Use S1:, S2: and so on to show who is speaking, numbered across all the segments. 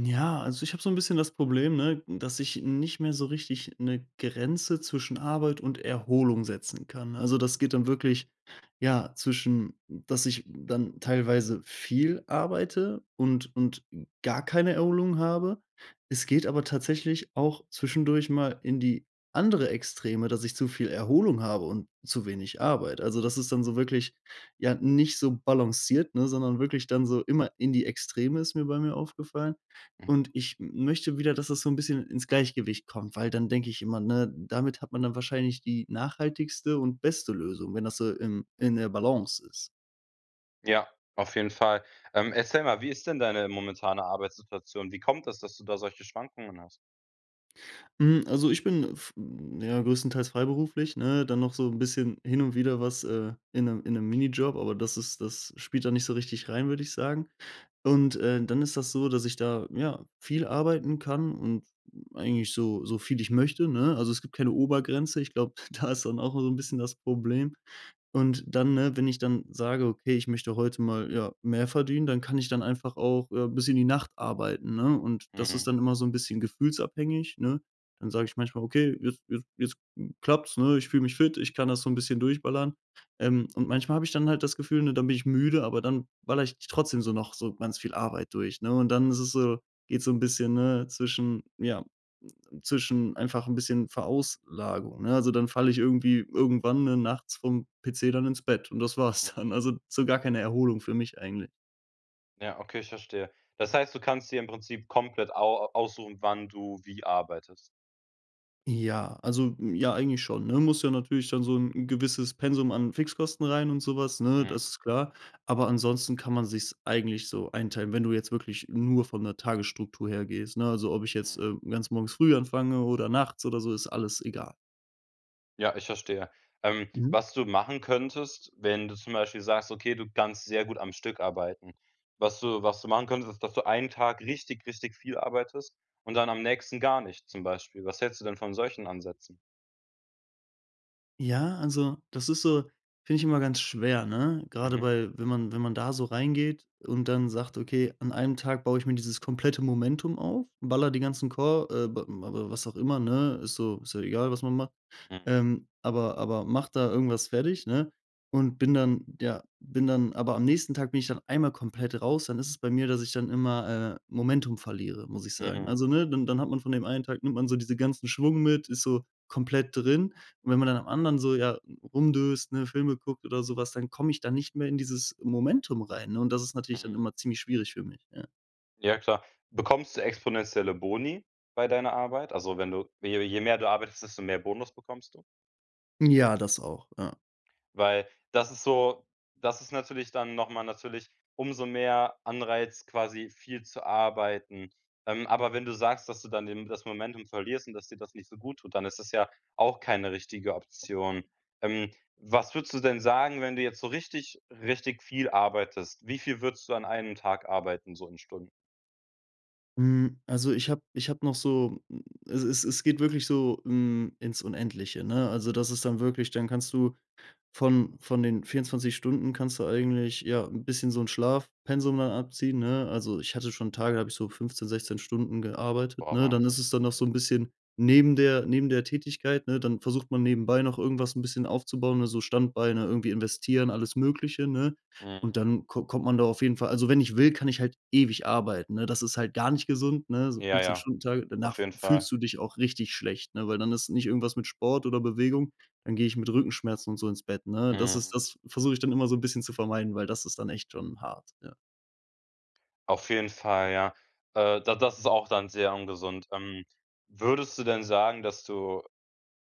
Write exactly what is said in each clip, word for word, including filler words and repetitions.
S1: Ja, also ich habe so ein bisschen das Problem, ne, dass ich nicht mehr so richtig eine Grenze zwischen Arbeit und Erholung setzen kann. Also, das geht dann wirklich, ja, zwischen dass ich dann teilweise viel arbeite und und gar keine Erholung habe. Es geht aber tatsächlich auch zwischendurch mal in die andere Extreme, dass ich zu viel Erholung habe und zu wenig Arbeit. Also, das ist dann so wirklich, ja, nicht so balanciert, ne, sondern wirklich dann so immer in die Extreme ist mir bei mir aufgefallen.
S2: Mhm.
S1: Und ich möchte wieder, dass das so ein bisschen ins Gleichgewicht kommt, weil dann denke ich immer, ne, damit hat man dann wahrscheinlich die nachhaltigste und beste Lösung, wenn das so im in der Balance ist.
S2: Ja, auf jeden Fall. Ähm, erzähl mal, wie ist denn deine momentane Arbeitssituation? Wie kommt es, dass du da solche Schwankungen hast?
S1: Hm, also ich bin f ja, größtenteils freiberuflich, ne? Dann noch so ein bisschen hin und wieder was, äh, in einem in einem Minijob, aber das ist das spielt da nicht so richtig rein, würde ich sagen. Und, äh, dann ist das so, dass ich da, ja, viel arbeiten kann und eigentlich so so viel ich möchte, ne? Also, es gibt keine Obergrenze. Ich glaube, da ist dann auch so ein bisschen das Problem. Und dann, ne, wenn ich dann sage: „Okay, ich möchte heute mal, ja, mehr verdienen“, dann kann ich dann einfach auch, äh, bis in die Nacht arbeiten, ne? Und das ist
S2: Mhm,
S1: dann immer so ein bisschen gefühlsabhängig, ne? Dann sage ich manchmal: „Okay, jetzt jetzt jetzt klappt's, ne? Ich fühle mich fit, ich kann das so ein bisschen durchballern.“ Ähm, und manchmal habe ich dann halt das Gefühl, ne, dann bin ich müde, aber dann ballere ich trotzdem so noch so ganz viel Arbeit durch, ne? Und dann ist es so geht's so 'n bisschen, ne, zwischen ja, zwischen einfach ein bisschen Verauslagung, ne? Also, dann falle ich irgendwie irgendwann, ne, nachts vorm P C dann ins Bett und das war's dann.
S2: mhm.
S1: Also, so gar keine Erholung für mich eigentlich.
S2: Ja, okay, ich verstehe. Das heißt, du kannst dir im Prinzip komplett au aussuchen, wann du wie arbeitest.
S1: Ja, also, hm, ja, eigentlich schon, ne? Muss ja natürlich dann so ein gewisses Pensum an Fixkosten rein und sowas, ne? Das
S2: Mhm,
S1: ist klar. Aber ansonsten kann man sich's eigentlich so einteilen, wenn du jetzt wirklich nur von der Tagesstruktur her gehst, ne? Also, ob ich jetzt,
S2: mhm.
S1: äh, ganz morgens früh anfange oder nachts oder so, ist alles egal.
S2: Ja, ich verstehe. Ähm,
S1: Mhm.
S2: was du machen könntest, wenn du zum Beispiel sagst: „Okay, du kannst sehr gut am Stück arbeiten." Was du was du machen könntest, ist, dass du einen Tag richtig, richtig viel arbeitest und dann am nächsten gar nicht zum Beispiel. Was hältst du denn von solchen Ansätzen?
S1: Ja, also, das ist so, finde ich, immer ganz schwer, ne? Gerade
S2: Mhm,
S1: bei wenn man wenn man da so reingeht und dann sagt: „Okay, an einem Tag baue ich mir dieses komplette Momentum auf, baller die ganzen Core, äh, b aber was auch immer, ne? Ist so ist ja egal, was man macht
S2: mhm.
S1: ähm, aber aber mache da irgendwas fertig, ne? Und bin dann ja, bin dann aber am nächsten Tag bin ich dann einmal komplett raus, dann ist es bei mir, dass ich dann immer, äh, Momentum verliere, muss ich sagen.
S2: Mhm,
S1: Also, ne,
S2: mhm,
S1: dann dann hat man von dem einen Tag, nimmt man so diesen ganzen Schwung mit, ist so komplett drin. Und wenn man dann am anderen so, ja, rumdöst, ne, Filme guckt oder sowas, dann komme ich da nicht mehr in dieses Momentum rein, ne? Und das ist natürlich dann
S2: mhm.
S1: immer ziemlich schwierig für mich, ja.
S2: Ja klar. Bekommst du exponentielle Boni bei deiner Arbeit? Also, wenn du je je mehr du arbeitest, desto mehr Bonus bekommst du?
S1: Ja, das auch, ja.
S2: Weil das ist so das ist natürlich dann noch mal natürlich umso mehr Anreiz, quasi viel zu arbeiten. Ähm, aber wenn du sagst, dass du dann den das Momentum verlierst und dass dir das nicht so gut tut, dann ist das ja auch keine richtige Option. Ähm, Was würdest du denn sagen, wenn du jetzt so richtig, richtig viel arbeitest? Wie viel würdest du an einem Tag arbeiten, so in Stunden?
S1: Hm, also ich habe, ich habe noch so, hm, es es es geht wirklich so, hm, ins Unendliche, ne? Also, das ist dann wirklich, dann kannst du von von den vierundzwanzig Stunden kannst du eigentlich, ja, ein bisschen so 'n Schlafpensum dann abziehen, ne? Also, ich hatte schon Tage, da habe ich so fünfzehn, sechzehn Stunden gearbeitet,
S2: Boah,
S1: ne? Dann ist
S2: Wahnsinn.
S1: es dann noch so ein bisschen neben der neben der Tätigkeit, ne? Dann versucht man nebenbei noch irgendwas ein bisschen aufzubauen, ne, so Standbeine, irgendwie investieren, alles Mögliche, ne? Und
S2: Mhm.
S1: dann ko kommt man da auf jeden Fall, also, wenn ich will, kann ich halt ewig arbeiten, ne? Das ist halt gar nicht gesund, ne? So
S2: Ja,
S1: fünfzehn
S2: ja,
S1: Stunden Tage, danach
S2: auf jeden Fall.
S1: fühlst du dich auch richtig schlecht, ne? Weil dann ist nicht irgendwas mit Sport oder Bewegung, dann gehe ich mit Rückenschmerzen und so ins Bett, ne? Das ist
S2: Mhm.
S1: das versuche ich dann immer so 'n bisschen zu vermeiden, weil das ist dann echt schon hart, ja.
S2: Auf jeden Fall, ja. Äh, da Das ist auch dann sehr ungesund. Ähm, würdest du denn sagen, dass du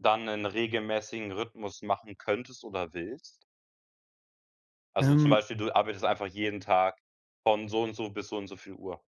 S2: dann einen regelmäßigen Rhythmus machen könntest oder willst? Also, zum
S1: Ähm,
S2: Beispiel, du arbeitest einfach jeden Tag von so und so bis so und so viel Uhr.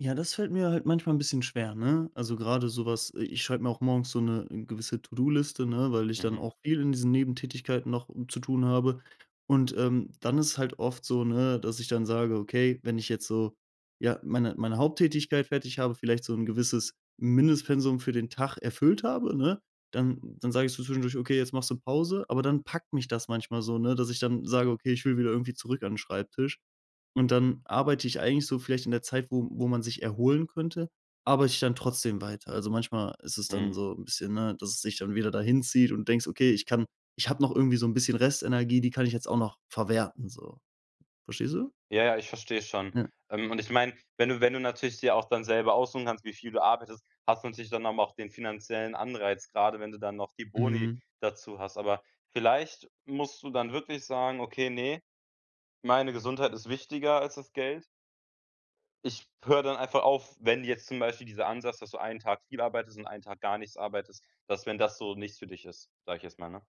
S1: Ja, das fällt mir halt manchmal ein bisschen schwer, ne? Also, gerade sowas. äh, ich schreibe mir auch morgens so eine, äh, gewisse To-do-Liste, ne, weil ich dann
S2: Mhm,
S1: auch viel in diesen Nebentätigkeiten noch, äh, zu tun habe. Und, ähm, dann ist halt oft so, ne, dass ich dann sage: „Okay, wenn ich jetzt so, ja, meine meine Haupttätigkeit fertig habe, vielleicht so ein gewisses Mindestpensum für den Tag erfüllt habe, ne, dann dann sage ich so zwischendurch: „Okay, jetzt machst du Pause.“ Aber dann packt mich das manchmal so, ne, dass ich dann sage: „Okay, ich will wieder irgendwie zurück an den Schreibtisch.“ Und dann arbeite ich eigentlich so vielleicht in der Zeit, wo wo man sich erholen könnte, arbeite ich dann trotzdem weiter. Also, manchmal ist es dann
S2: mhm.
S1: so ein bisschen, ne, dass es sich dann wieder dahin zieht und denkst: „Okay, ich kann ich habe noch irgendwie so ein bisschen Restenergie, die kann ich jetzt auch noch verwerten“, so. Verstehst du?
S2: Ja, ja, ich verstehe schon.
S1: Ja.
S2: Ähm, und ich meine, wenn du wenn du natürlich dir auch dann selber aussuchen kannst, wie viel du arbeitest, hast du natürlich dann aber auch den finanziellen Anreiz, gerade, wenn du dann noch die Boni
S1: Mhm.
S2: dazu hast. Aber vielleicht musst du dann wirklich sagen: „Okay, nee, meine Gesundheit ist wichtiger als das Geld. Ich höre dann einfach auf", wenn jetzt zum Beispiel dieser Ansatz, dass du einen Tag viel arbeitest und einen Tag gar nichts arbeitest, dass wenn das so nichts für dich ist, sage ich jetzt mal, ne?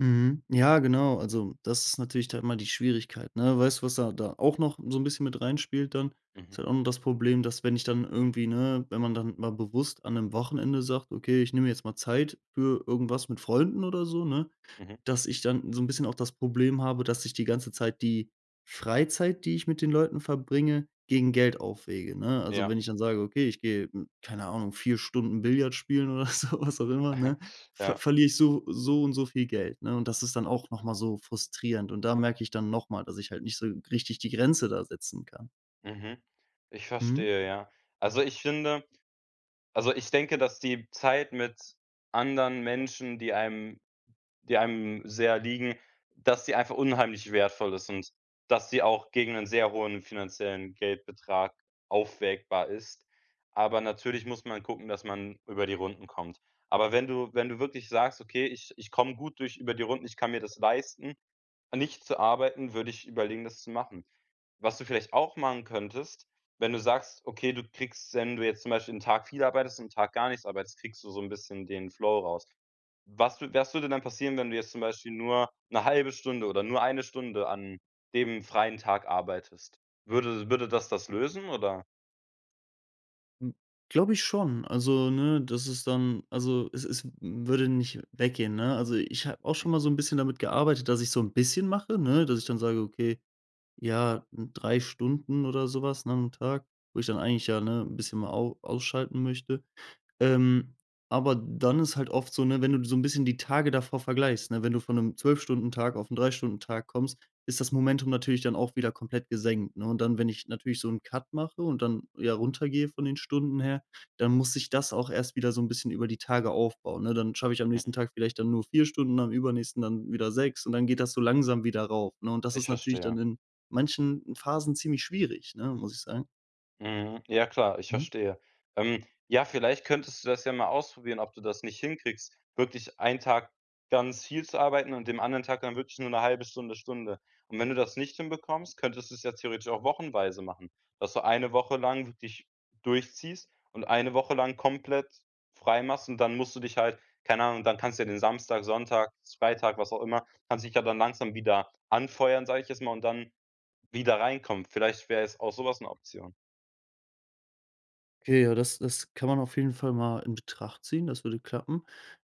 S1: Mhm. Ja, genau. Also, das ist natürlich da immer die Schwierigkeit, ne? Weißt du, was da da auch noch so ein bisschen mit reinspielt dann? Ist
S2: Mhm,
S1: halt auch noch das Problem, dass, wenn ich dann irgendwie, ne, wenn man dann mal bewusst an einem Wochenende sagt: „Okay, ich nehme jetzt mal Zeit für irgendwas mit Freunden“ oder so, ne,
S2: mhm,
S1: dass ich dann so 'n bisschen auch das Problem habe, dass ich die ganze Zeit die Freizeit, die ich mit den Leuten verbringe, gegen Geld aufwiege, ne? Also, wenn
S2: ja.
S1: ich dann sage: „Okay, ich gehe, hm, keine Ahnung, vier Stunden Billard spielen“ oder so, was auch immer, ne, ver
S2: Ja,
S1: verliere ich so so und so viel Geld, ne? Und das ist dann auch noch mal so frustrierend, und da merke ich dann noch mal, dass ich halt nicht so richtig die Grenze da setzen kann.
S2: mhm. Ich
S1: Mhm.
S2: verstehe, ja. Also, ich finde Also, ich denke, dass die Zeit mit anderen Menschen, die einem die einem sehr liegen, dass sie einfach unheimlich wertvoll ist und dass sie auch gegen einen sehr hohen finanziellen Geldbetrag aufwägbar ist. Aber natürlich muss man gucken, dass man über die Runden kommt. Aber wenn du wenn du wirklich sagst: „Okay, ich ich komme gut durch über die Runden, ich kann mir das leisten", nicht zu arbeiten, würde ich überlegen, das zu machen. Was du vielleicht auch machen könntest, wenn du sagst, okay, du kriegst, wenn du jetzt zum Beispiel einen Tag viel arbeitest und 'n Tag gar nichts arbeitest, kriegst du so ein bisschen den Flow raus. Was wü was würde dann passieren, wenn du jetzt zum Beispiel nur eine halbe Stunde oder nur eine Stunde an dem freien Tag arbeitest? Würde würde das das lösen oder?
S1: Hm, glaube ich schon. Also, ne, das ist dann, also, es es würde nicht weggehen, ne? Also, ich habe auch schon mal
S2: Mhm.
S1: so ein bisschen damit gearbeitet, dass ich so ein bisschen mache, ne, dass ich dann sage: „Okay, ja, drei Stunden oder sowas was, ne, am Tag“, wo ich dann eigentlich, ja, ne, ein bisschen mal au ausschalten möchte. Ähm, aber dann ist halt oft so, ne, wenn du so ein bisschen die Tage davor vergleichst, ne, wenn du von einem zwölf-Stunden-Tag auf einen drei Stunden Tag kommst, ist das Momentum natürlich dann auch wieder komplett gesenkt, ne? Und dann, wenn ich natürlich so einen Cut mache und dann, ja, runtergehe von den Stunden her, dann muss sich das auch erst wieder so ein bisschen über die Tage aufbauen, ne? Dann schaffe ich am nächsten
S2: Mhm.
S1: Tag vielleicht dann nur vier Stunden, am übernächsten dann wieder sechs und dann geht das so langsam wieder rauf, ne? Und das ist
S2: Ich
S1: natürlich dann
S2: verstehe.
S1: in manchen Phasen ziemlich schwierig, ne, muss ich sagen.
S2: Mhm. Ja klar, ich verstehe. Ähm, ja, vielleicht könntest du das ja mal ausprobieren, ob du das nicht hinkriegst, wirklich einen Tag ganz viel zu arbeiten und dem anderen Tag dann wirklich nur eine halbe Stunde, Stunde. Und wenn du das nicht hinbekommst, könntest du es ja theoretisch auch wochenweise machen, dass du eine Woche lang wirklich durchziehst und eine Woche lang komplett frei machst und dann musst du dich halt keine Ahnung, dann kannst du ja den Samstag, Sonntag, Freitag, was auch immer kannst dich ja dann langsam wieder anfeuern, sage ich jetzt mal, und dann wieder reinkommen. Vielleicht wäre es auch sowas eine Option.
S1: Okay, ja, das das kann man auf jeden Fall mal in Betracht ziehen, das würde klappen.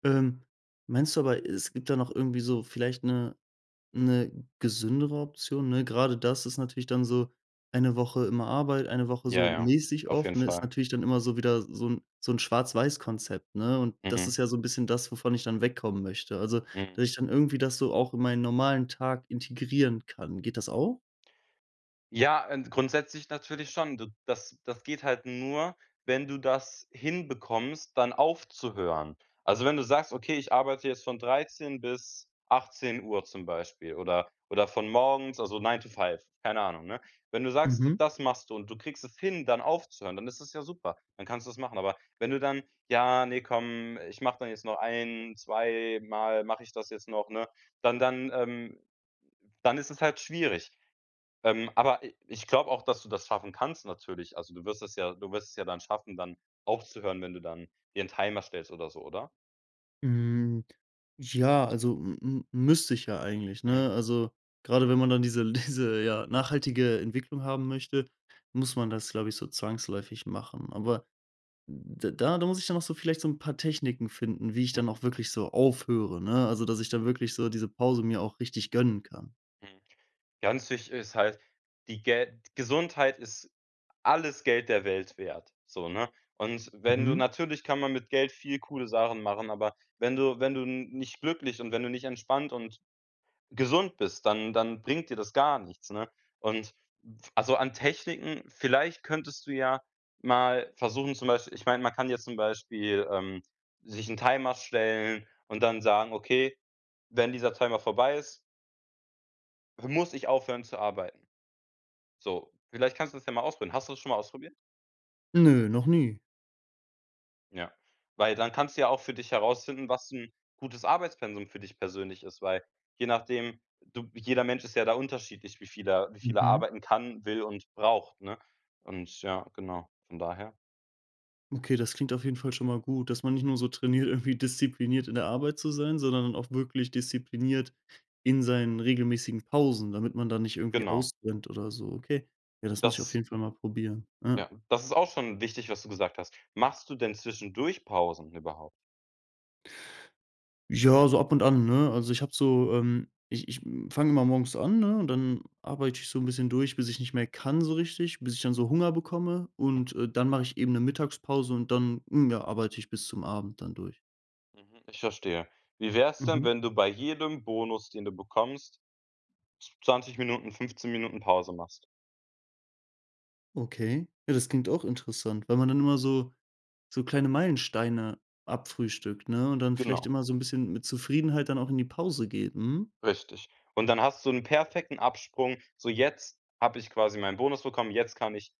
S1: Ähm, meinst du aber, es gibt da noch irgendwie so vielleicht eine, eine gesündere Option, ne? Gerade das ist natürlich dann so, eine Woche immer Arbeit, eine Woche
S2: Ja,
S1: so
S2: ja,
S1: mäßig
S2: auf
S1: off,
S2: jeden
S1: ne, ist
S2: Fall.
S1: natürlich dann immer so wieder so ein, so ein Schwarz-Weiß-Konzept, ne? Und das
S2: Mhm,
S1: ist ja so ein bisschen das, wovon ich dann wegkommen möchte. Also,
S2: mhm.
S1: dass ich dann irgendwie das so auch in meinen normalen Tag integrieren kann. Geht das auch?
S2: Ja, ähm, grundsätzlich natürlich schon. D das das geht halt nur, wenn du das hinbekommst, dann aufzuhören. Also, wenn du sagst: „Okay, ich arbeite jetzt von dreizehn bis achtzehn Uhr zum Beispiel oder oder von morgens, also nine to five, keine Ahnung, ne? Wenn du sagst, d
S1: Mhm.
S2: das machst du und du kriegst es hin, dann aufzuhören, dann ist es ja super, dann kannst du es machen. Aber wenn du dann: „Ja, nee, komm, ich mache dann jetzt noch ein zwei Mal mache ich das jetzt noch", ne? Dann dann, ähm Dann ist es halt schwierig. Ähm, aber i ich glaube auch, dass du das schaffen kannst natürlich. Also, du wirst es ja du wirst es ja dann schaffen, dann aufzuhören, wenn du dann dir 'n Timer stellst oder so, oder?
S1: Hm, ja, also, m m müsste ich ja eigentlich,
S2: Mhm,
S1: ne? Also, gerade wenn man dann diese diese, ja, nachhaltige Entwicklung haben möchte, muss man das, glaube ich, so zwangsläufig machen. Aber d da da muss ich dann auch so vielleicht so ein paar Techniken finden, wie ich dann auch
S2: mhm,
S1: wirklich so aufhöre, ne? Also, dass ich dann wirklich so diese Pause mir auch richtig gönnen kann.
S2: mhm. Ganz wichtig ist halt, die Gel Gesundheit ist alles Geld der Welt wert, so, ne? Und wenn du
S1: Mhm.
S2: natürlich kann man mit Geld viel coole Sachen machen, aber wenn du wenn du n nicht glücklich und wenn du nicht entspannt und gesund bist, dann dann bringt dir das gar nichts, ne? Und also, an Techniken vielleicht könntest du ja mal versuchen zum Beispiel ich meine, man kann jetzt zum Beispiel, ähm, sich einen Timer stellen und dann sagen: „Okay, wenn dieser Timer vorbei ist, muss ich aufhören zu arbeiten." So, vielleicht kannst du das ja mal ausprobieren. Hast du das schon mal ausprobiert?
S1: Nö, noch nie.
S2: Ja, weil dann kannst du ja auch für dich herausfinden, was 'n gutes Arbeitspensum für dich persönlich ist, weil je nachdem du jeder Mensch ist ja da unterschiedlich, wie viel er wie viel er
S1: Mhm.
S2: arbeiten kann, will und braucht, ne? Und ja, genau, von daher
S1: Okay, das klingt auf jeden Fall schon mal gut, dass man nicht nur so trainiert, irgendwie diszipliniert in der Arbeit zu sein, sondern dann auch wirklich diszipliniert in seinen regelmäßigen Pausen, damit man da nicht irgendwie
S2: genau.
S1: ausbrennt oder so. Okay, ja, das muss ich auf
S2: Das
S1: jeden Fall mal probieren. Ja,
S2: Ja, das ist auch schon wichtig, was du gesagt hast. Machst du denn zwischendurch Pausen überhaupt?
S1: ja, so ab und an, ne? Also ich habe so, ähm, ich, ich fange immer morgens an, ne? Und dann arbeite ich so ein bisschen durch, bis ich nicht mehr kann so richtig, bis ich dann so Hunger bekomme
S2: Mhm,
S1: und, äh, dann mache ich eben eine Mittagspause und dann, mm, ja, arbeite ich bis zum Abend dann durch.
S2: mhm, ich verstehe. Wie wär's denn,
S1: Mhm.
S2: wenn du bei jedem Bonus, den du bekommst, z zwanzig Minuten, fünfzehn Minuten Pause machst?
S1: Okay. Ja, das klingt auch interessant, weil man dann immer so so kleine Meilensteine abfrühstückt, ne, und dann vielleicht
S2: Genau.
S1: immer so ein bisschen mit Zufriedenheit dann auch in die Pause geht. Mhm.
S2: Richtig. Und dann hast du so 'n perfekten Absprung. So, jetzt habe ich quasi meinen Bonus bekommen, jetzt kann ich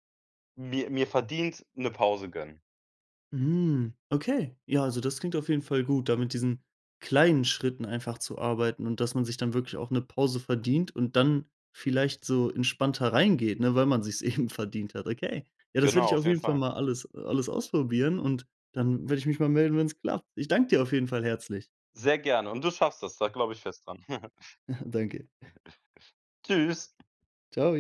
S2: mir mir verdient 'ne Pause gönnen.
S1: Mhm. Okay. Ja, also das klingt auf jeden Fall gut, da mit diesen kleinen Schritten einfach zu arbeiten und dass man sich dann wirklich auch eine Pause verdient und dann vielleicht so entspannter reingeht, ne, weil man sich's eben verdient hat. Okay. Ja, das werde
S2: Genau,
S1: ich
S2: auf
S1: auf
S2: jeden
S1: jeden Fall
S2: Fall.
S1: mal alles alles ausprobieren und dann werde ich mich mal melden, wenn es klappt. Ich danke dir auf jeden Fall herzlich.
S2: Sehr gerne und du schaffst das, da glaube ich fest dran.
S1: Danke.
S2: Tschüss.
S1: Ciao.